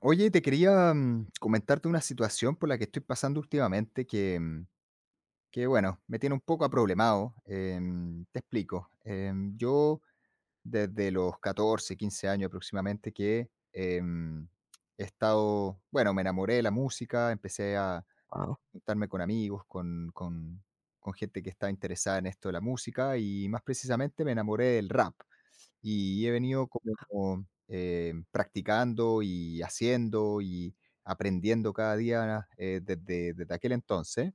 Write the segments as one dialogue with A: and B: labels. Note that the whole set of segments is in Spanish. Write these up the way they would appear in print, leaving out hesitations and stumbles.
A: Oye, te quería comentarte una situación por la que estoy pasando últimamente que bueno, me tiene un poco aproblemado. Te explico. Yo desde los 14, 15 años aproximadamente que he estado, bueno, me enamoré de la música, empecé a
B: Wow,
A: juntarme con amigos, con gente que estaba interesada en esto de la música y más precisamente me enamoré del rap y he venido como, practicando y haciendo y aprendiendo cada día, desde aquel entonces.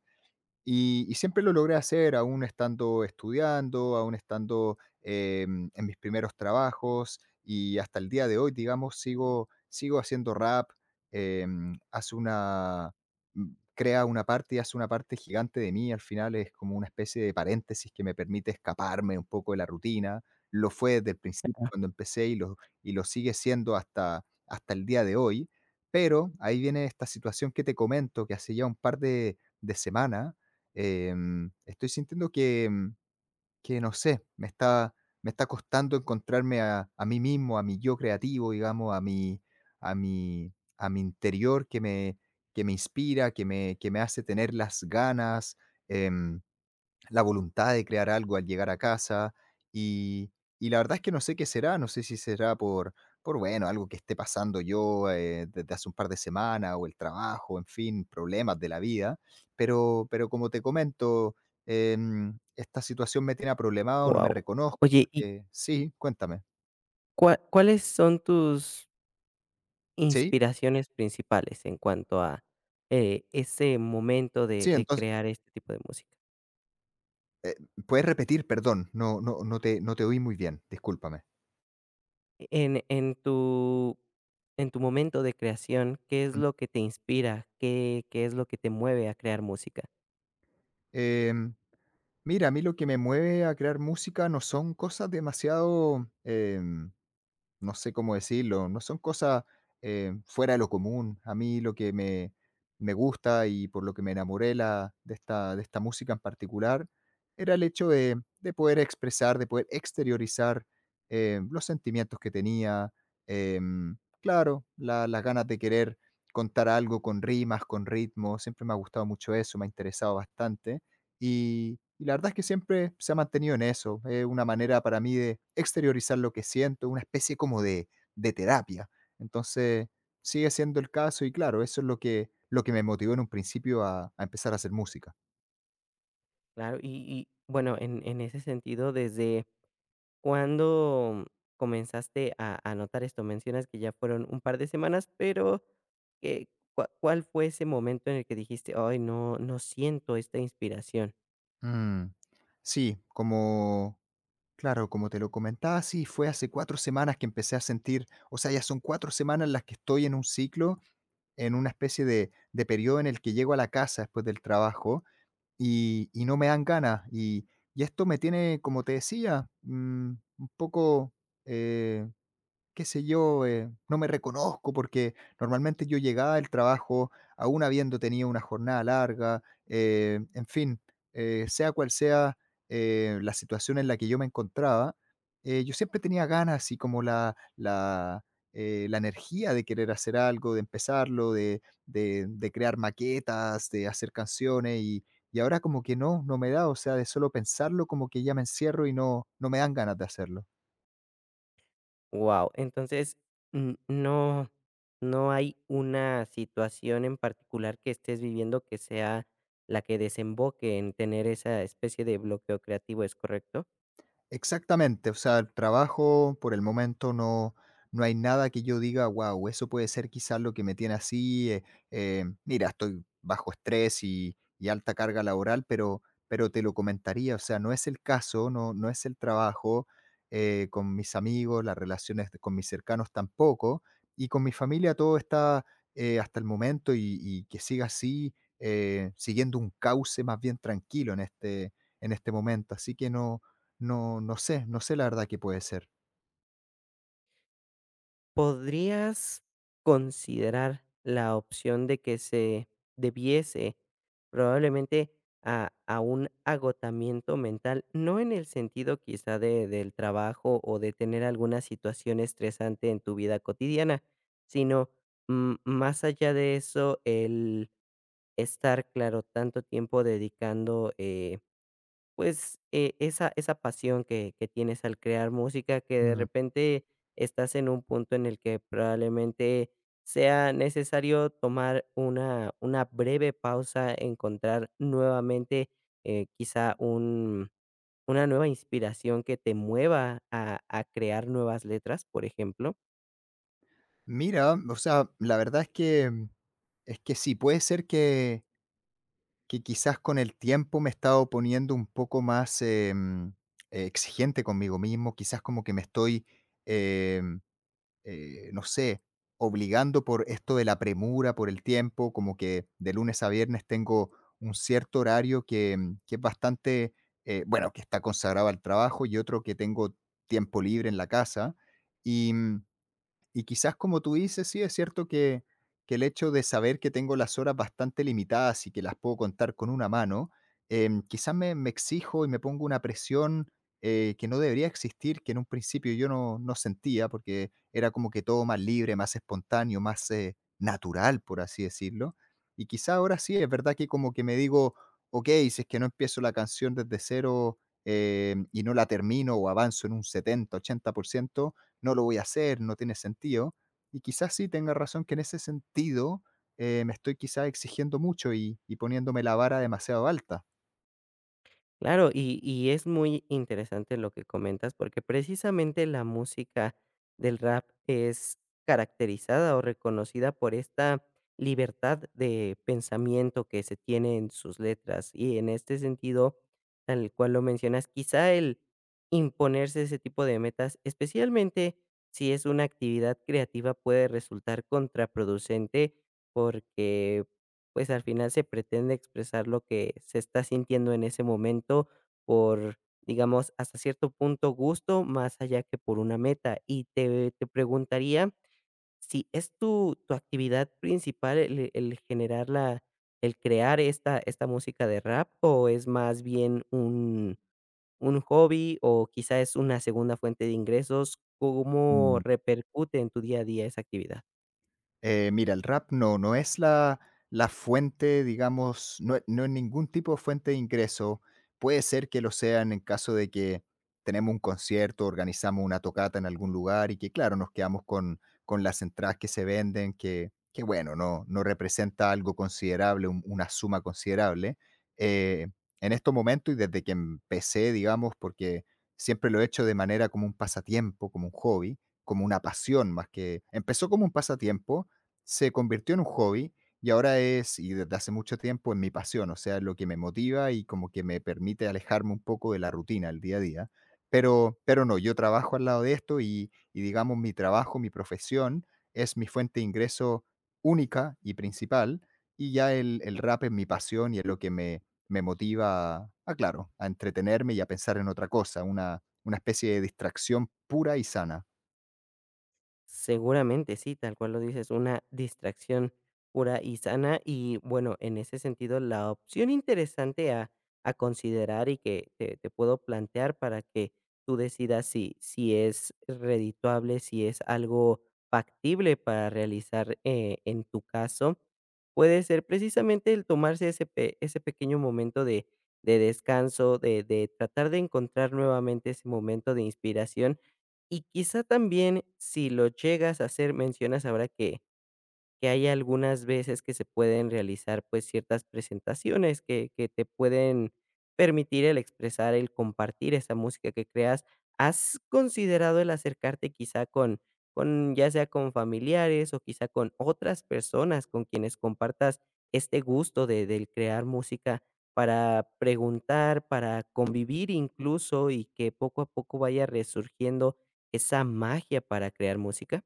A: Y siempre lo logré hacer, aún estando estudiando, aún estando en mis primeros trabajos y hasta el día de hoy, digamos, sigo haciendo rap. em, hace una, Crea una parte y hace una parte gigante de mí, al final es como una especie de paréntesis que me permite escaparme un poco de la rutina. Lo fue desde el principio cuando empecé y lo sigue siendo hasta el día de hoy, pero ahí viene esta situación que te comento, que hace ya un par de semanas. Estoy sintiendo que no sé, me está costando encontrarme a mí mismo, a mi yo creativo, digamos, a mi interior que me inspira, que me hace tener las ganas. em, la voluntad de crear algo al llegar a casa. Y y la verdad es que no sé qué será, no sé si será por algo que esté pasando yo, desde hace un par de semanas o el trabajo, en fin, problemas de la vida, pero como te comento, esta situación me tiene problemado. No me
B: wow.
A: reconozco
B: Oye, ¿y
A: porque sí, cuéntame.
B: cua cuáles son tus
A: Sí,
B: inspiraciones principales en cuanto a, ese momento de
A: sí, entonces,
B: crear este tipo de música?
A: eh, ¿puedes repetir? Perdón, no te oí muy bien, discúlpame.
B: En en tu en tu momento de creación, ¿qué es
A: Mm,
B: lo que te inspira? ¿Qué es lo que te mueve a crear música?
A: Em Mira, a mí lo que me mueve a crear música no son cosas demasiado, no sé cómo decirlo, no son cosas, fuera de lo común. A mí lo que me gusta y por lo que me enamoré de esta música en particular era el hecho de poder expresar, de poder exteriorizar, los sentimientos que tenía, claro, las ganas de querer contar algo con rimas, con ritmo. Siempre me ha gustado mucho eso, me ha interesado bastante. Y la verdad es que siempre se ha mantenido en eso. Es una manera para mí de exteriorizar lo que siento, una especie como de terapia. Entonces, sigue siendo el caso y claro, eso es lo que me motivó en un principio a empezar a hacer música.
B: Claro, y bueno, en ese sentido, desde ¿cuándo comenzaste a notar esto? Mencionas que ya fueron un par de semanas, pero, ¿qué cua cuál fue ese momento en el que dijiste: "Ay, no siento esta inspiración"?
A: Mm, sí, como claro, como te lo comentaba, sí, fue hace 4 semanas que empecé a sentir, o sea, ya son 4 semanas las que estoy en un ciclo, en una especie de periodo en el que llego a la casa después del trabajo y no me dan ganas. Y esto me tiene, como te decía, un poco, eh, qué sé yo, no me reconozco porque normalmente yo llegaba del trabajo aún habiendo tenido una jornada larga, en fin, sea cual sea la situación en la que yo me encontraba. Yo siempre tenía ganas y como la energía de querer hacer algo, de empezarlo, de crear maquetas, de hacer canciones. Y, y ahora como que no, no me da, o sea, de solo pensarlo como que ya me encierro y no, no me dan ganas de hacerlo.
B: Wow. Entonces, no no hay una situación en particular que estés viviendo que sea la que desemboque en tener esa especie de bloqueo creativo, ¿es correcto?
A: Exactamente, o sea, el trabajo por el momento no, no hay nada que yo diga, wow, eso puede ser quizás lo que me tiene así, mira, estoy bajo estrés y alta carga laboral, pero te lo comentaría, o sea, no es el caso, no, no es el trabajo. Con mis amigos, las relaciones con mis cercanos tampoco, y con mi familia todo está, hasta el momento, y que siga así, siguiendo un cauce más bien tranquilo en este momento, así que no sé la verdad qué puede ser.
B: ¿Podrías considerar la opción de que se debiese probablemente a un agotamiento mental? No en el sentido quizá de, del trabajo o de tener alguna situación estresante en tu vida cotidiana, sino más allá de eso, el estar, claro, tanto tiempo dedicando pues, esa pasión que tienes al crear música, que de
A: Mm.
B: repente estás en un punto en el que probablemente sea necesario tomar una breve pausa, encontrar nuevamente, quizá un una nueva inspiración que te mueva a crear nuevas letras, por ejemplo.
A: Mira, o sea, la verdad es que, es que sí, puede ser que quizás con el tiempo me he estado poniendo un poco más, exigente conmigo mismo, quizás como que me estoy, em no sé, obligando por esto de la premura, por el tiempo, como que de lunes a viernes tengo un cierto horario que es bastante, bueno, que está consagrado al trabajo, y otro que tengo tiempo libre en la casa. Y quizás como tú dices, sí, es cierto que el hecho de saber que tengo las horas bastante limitadas y que las puedo contar con una mano. Quizás me exijo y me pongo una presión, que no debería existir, que en un principio yo no, no sentía, porque era como que todo más libre, más espontáneo, más, natural, por así decirlo. Y quizás ahora sí, es verdad que como que me digo: ok, si es que no empiezo la canción desde cero, y no la termino o avanzo en un 70-80%, no lo voy a hacer, no tiene sentido. Y quizás sí tenga razón que en ese sentido, me estoy quizás exigiendo mucho y poniéndome la vara demasiado alta.
B: Claro, y es muy interesante lo que comentas, porque precisamente la música del rap es caracterizada o reconocida por esta libertad de pensamiento que se tiene en sus letras. Y en este sentido, tal cual lo mencionas, quizá el imponerse ese tipo de metas, especialmente si es una actividad creativa, puede resultar contraproducente porque pues al final se pretende expresar lo que se está sintiendo en ese momento por, digamos, hasta cierto punto gusto, más allá que por una meta. Y te preguntaría si es tu, tu actividad principal el generar la, el crear esta, esta música de rap o es más bien un hobby o quizá es una segunda fuente de ingresos, ¿cómo repercute en tu día a día esa actividad?
A: Mira, el rap no, no es la fuente, digamos, no, no es ningún tipo de fuente de ingreso. Puede ser que lo sean en caso de que tenemos un concierto, organizamos una tocata en algún lugar y que, claro, nos quedamos con las entradas que se venden, que bueno, no, no representa algo considerable, una suma considerable. Eh, en estos momentos y desde que empecé, digamos, porque siempre lo he hecho de manera como un pasatiempo, como un hobby, como una pasión más que... empezó como un pasatiempo, se convirtió en un hobby y ahora es, y desde hace mucho tiempo, en mi pasión, o sea, lo que me motiva y como que me permite alejarme un poco de la rutina, el día a día. Pero no, yo trabajo al lado de esto, y digamos mi trabajo, mi profesión es mi fuente de ingreso única y principal, y ya el rap es mi pasión y es lo que me motiva claro, a entretenerme y a pensar en otra cosa, una especie de distracción pura y sana.
B: Seguramente sí, tal cual lo dices, una distracción pura y sana. Y bueno, en ese sentido, la opción interesante a considerar y que te puedo plantear para que tú decidas si, si es redituable, si es algo factible para realizar en tu caso, puede ser precisamente el tomarse ese, ese pequeño momento de descanso, de tratar de encontrar nuevamente ese momento de inspiración y quizá también, si lo llegas a hacer, mencionas ahora que hay algunas veces que se pueden realizar, pues, ciertas presentaciones que te pueden permitir el expresar, el compartir esa música que creas. ¿Has considerado el acercarte quizá con ya sea con familiares o quizá con otras personas con quienes compartas este gusto de del crear música para preguntar, para convivir incluso, y que poco a poco vaya resurgiendo esa magia para crear música?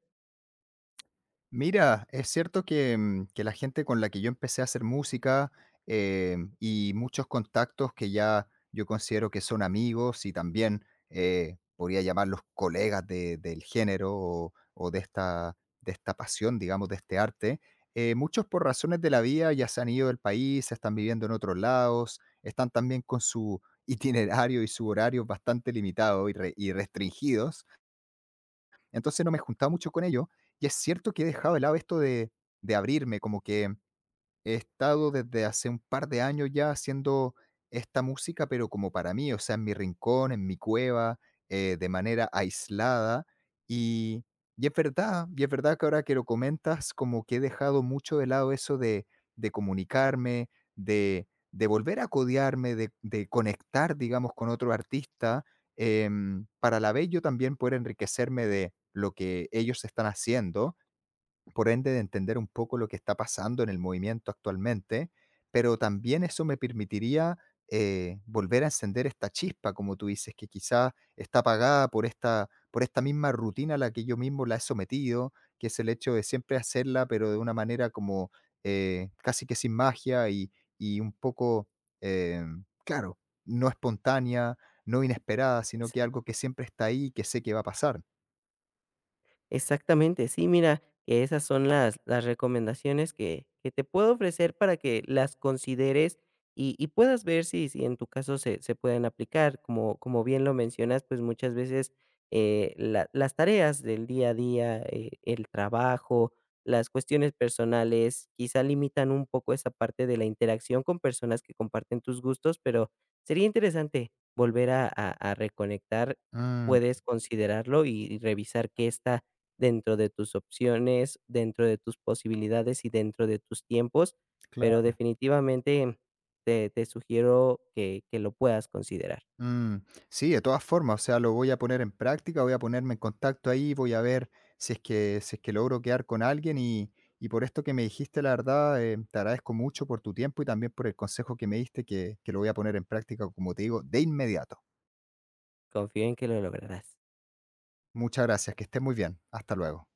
A: Mira, es cierto que la gente con la que yo empecé a hacer música, y muchos contactos que ya yo considero que son amigos y también, podría llamarlos colegas del género, o de esta pasión, digamos, de este arte. Muchos por razones de la vida ya se han ido del país, están viviendo en otros lados, están también con su itinerario y su horario bastante limitado y restringidos, entonces no me he juntado mucho con ellos y es cierto que he dejado de lado esto de abrirme. Como que he estado desde hace un par de años ya haciendo esta música, pero como para mí, o sea, en mi rincón, en mi cueva, de manera aislada. Y, y es verdad, y es verdad que ahora que lo comentas, como que he dejado mucho de lado eso de comunicarme, de volver a codearme, de conectar, digamos, con otro artista, para a la vez yo también poder enriquecerme de lo que ellos están haciendo, por ende de entender un poco lo que está pasando en el movimiento actualmente. Pero también eso me permitiría, volver a encender esta chispa, como tú dices, que quizá está apagada por esta misma rutina a la que yo mismo la he sometido, que es el hecho de siempre hacerla, pero de una manera como, casi que sin magia y un poco, eh, claro, no espontánea, no inesperada, sino que algo que siempre está ahí y que sé que va a pasar.
B: Exactamente, sí, mira, que esas son las recomendaciones que te puedo ofrecer para que las consideres y puedas ver si, si en tu caso se, se pueden aplicar. Como, como bien lo mencionas, pues muchas veces las tareas del día a día, el trabajo, las cuestiones personales, quizá limitan un poco esa parte de la interacción con personas que comparten tus gustos, pero sería interesante volver a, a reconectar.
A: Mm,
B: Puedes considerarlo y revisar qué está dentro de tus opciones, dentro de tus posibilidades y dentro de tus tiempos, pero
A: claro.
B: definitivamente te, te sugiero que lo puedas considerar.
A: Mm, sí, de todas formas, o sea, lo voy a poner en práctica, voy a ponerme en contacto ahí, voy a ver si es que logro quedar con alguien, y por esto que me dijiste, la verdad, te agradezco mucho por tu tiempo y también por el consejo que me diste, que lo voy a poner en práctica, como te digo, de inmediato.
B: Confío en que lo lograrás.
A: Muchas gracias, que estés muy bien. Hasta luego.